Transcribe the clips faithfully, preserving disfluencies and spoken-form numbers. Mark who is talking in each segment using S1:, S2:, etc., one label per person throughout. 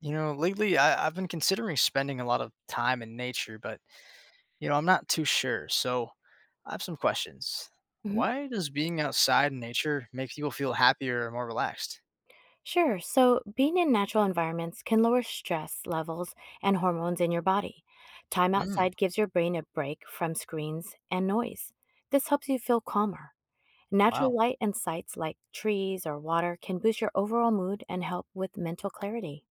S1: You know, lately I, I've been considering spending a lot of time in nature, but you know, I'm not too sure. So I have some questions.
S2: Mhm.
S1: Why does being outside in nature make people feel happier or more relaxed?
S2: Sure. So, being in natural environments can lower stress levels and hormones in your body. Time
S1: Mm,
S2: outside gives your brain a break from screens and noise. This helps you feel calmer.
S1: wow.
S2: Natural light and sights like trees or water can boost your overall mood and help with mental clarity.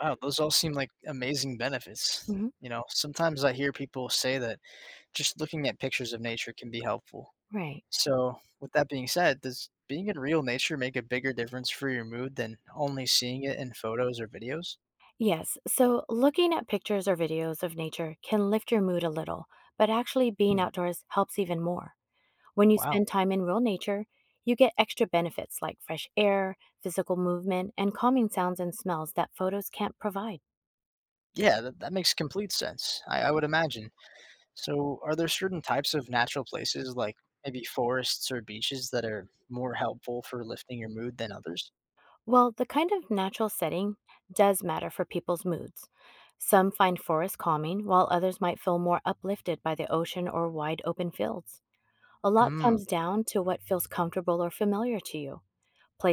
S1: Wow. Those all seem like amazing benefits.
S2: Mhm.
S1: You know, sometimes I hear people say that just looking at pictures of nature can be helpful.
S2: Right.
S1: So, with that being said, does being in real nature make a bigger difference for your mood than only seeing it in photos or videos?
S2: Yes, so looking at pictures or videos of nature can lift your mood a little, but actually being
S1: Hmm.
S2: outdoors helps even more. When you
S1: Wow.
S2: spend time in real nature, you get extra benefits like fresh air, physical movement, and calming sounds and smells that photos can't provide.
S1: Yeah, that, that makes complete sense. I, I would imagine. So, are there certain types of natural places, like maybe forests or beaches, that are more helpful for lifting your mood than others?
S2: Well, the kind of natural setting does matter for people's moods. Some find forests calming, while others might feel more uplifted by the ocean or wide open fields. A lot
S1: Hmm.
S2: comes down to what feels comfortable or familiar to you.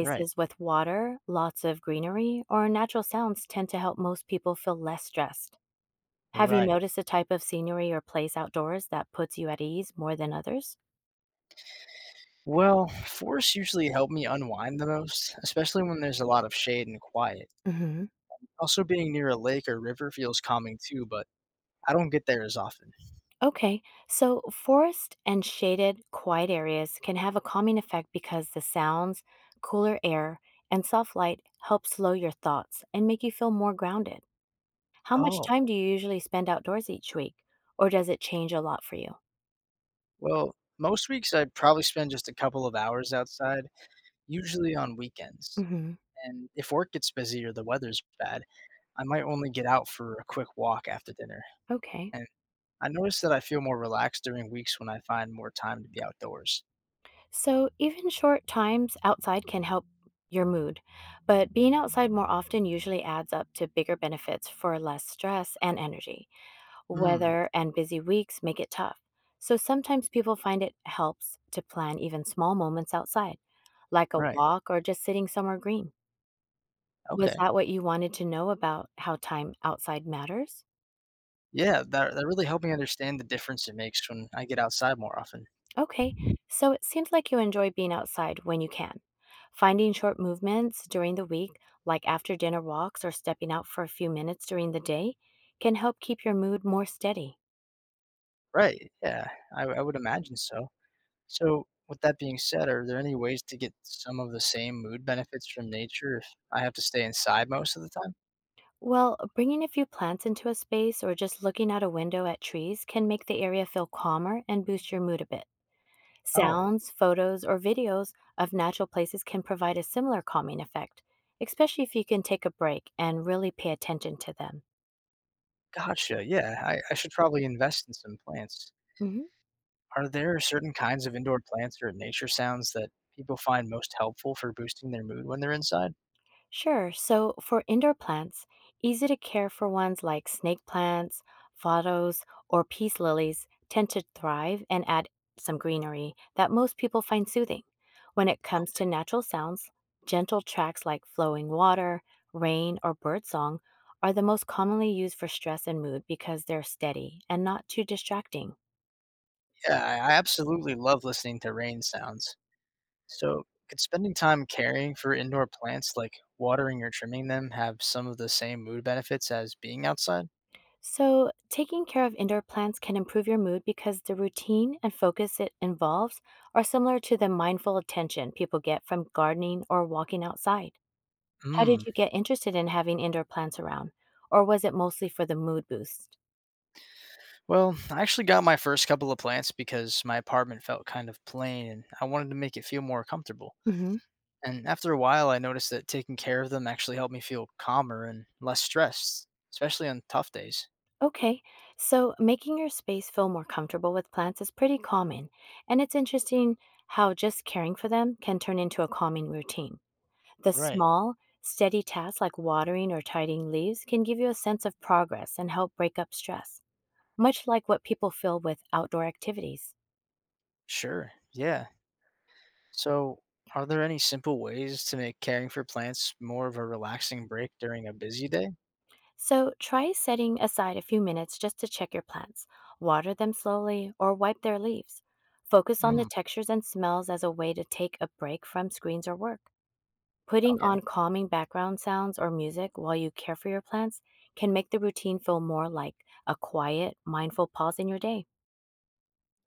S1: Right.
S2: with water, lots of greenery, or natural sounds tend to help most people feel less stressed. Have you
S1: Right.
S2: noticed a type of scenery or place outdoors that puts you at ease more than others?
S1: Well, forests usually help me unwind the most, especially when there's a lot of shade and quiet.
S2: Hmm.
S1: Also, being near a lake or river feels calming too, but I don't get there as often.
S2: Okay, so forest and shaded, quiet areas can have a calming effect because the sounds, cooler air, and soft light help slow your thoughts and make you feel more grounded. How much
S1: Oh,
S2: time do you usually spend outdoors each week, or does it change a lot for you?
S1: well, most weeks I probably spend just a couple of hours outside, usually on weekends.
S2: Hmm.
S1: And if work gets busy or the weather's bad, I might only get out for a quick walk after dinner.
S2: Okay.
S1: And I notice that I feel more relaxed during weeks when I find more time to be outdoors.
S2: So, even short times outside can help your mood, but being outside more often usually adds up to bigger benefits for less stress and energy.
S1: Hmm.
S2: Weather and busy weeks make it tough. So, sometimes people find it helps to plan even small moments outside, like a
S1: Right.
S2: walk or just sitting somewhere green.
S1: Okay.
S2: Was that what you wanted to know about how time outside matters?
S1: Yeah. That, that really helped me understand the difference it makes when I get outside more often.
S2: Okay, so it seems like you enjoy being outside when you can. Finding short movements during the week, like after dinner walks or stepping out for a few minutes during the day, can help keep your mood more steady.
S1: Right. Yeah. I, I would imagine so. So, with that being said, are there any ways to get some of the same mood benefits from nature if I have to stay inside most of the time?
S2: Well, bringing a few plants into a space or just looking out a window at trees can make the area feel calmer and boost your mood a bit.
S1: Oh,
S2: Sounds, photos, or videos of natural places can provide a similar calming effect, especially if you can take a break and really pay attention to them.
S1: gotcha. Yeah. I, I should probably invest in some plants.
S2: Mhm.
S1: Are there certain kinds of indoor plants or nature sounds that people find most helpful for boosting their mood when they're inside?
S2: Sure. So for indoor plants, easy to care for ones like snake plants, photos, or peace lilies tend to thrive and add some greenery that most people find soothing. When it comes to natural sounds, gentle tracks like flowing water, rain, or birdsong are the most commonly used for stress and mood because they're steady and not too distracting.
S1: Yeah, I I absolutely love listening to rain sounds. So, could spending time caring for indoor plants, like watering or trimming them, have some of the same mood benefits as being outside?
S2: So, taking care of indoor plants can improve your mood because the routine and focus it involves are similar to the mindful attention people get from gardening or walking outside. How did
S1: Mm.
S2: you get interested in having indoor plants around? Or was it mostly for the mood boost?
S1: Well, I actually got my first couple of plants because my apartment felt kind of plain and I wanted to make it feel more comfortable.
S2: Hmm.
S1: And after a while, I noticed that taking care of them actually helped me feel calmer and less stressed, especially on tough days.
S2: Okay, so making your space feel more comfortable with plants is pretty common, and it's interesting how just caring for them can turn into a calming routine. The
S1: Right.
S2: small, steady tasks like watering or tidying leaves can give you a sense of progress and help break up stress, much like what people feel with outdoor activities.
S1: Sure. Yeah. So, are there any simple ways to make caring for plants more of a relaxing break during a busy day?
S2: So try setting aside a few minutes just to check your plants, water them slowly, or wipe their leaves. Focus on the
S1: Mm,
S2: textures and smells as a way to take a break from screens or work. Putting
S1: okay.
S2: on calming background sounds or music while you care for your plants can make the routine feel more like a quiet, mindful pause in your day.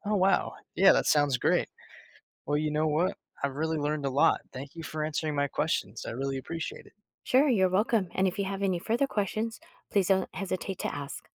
S1: Oh, wow. Yeah, that sounds great. Well, you know what? I've really learned a lot. Thank you for answering my questions. I really appreciate it.
S2: Sure, you're welcome. And if you have any further questions, please don't hesitate to ask.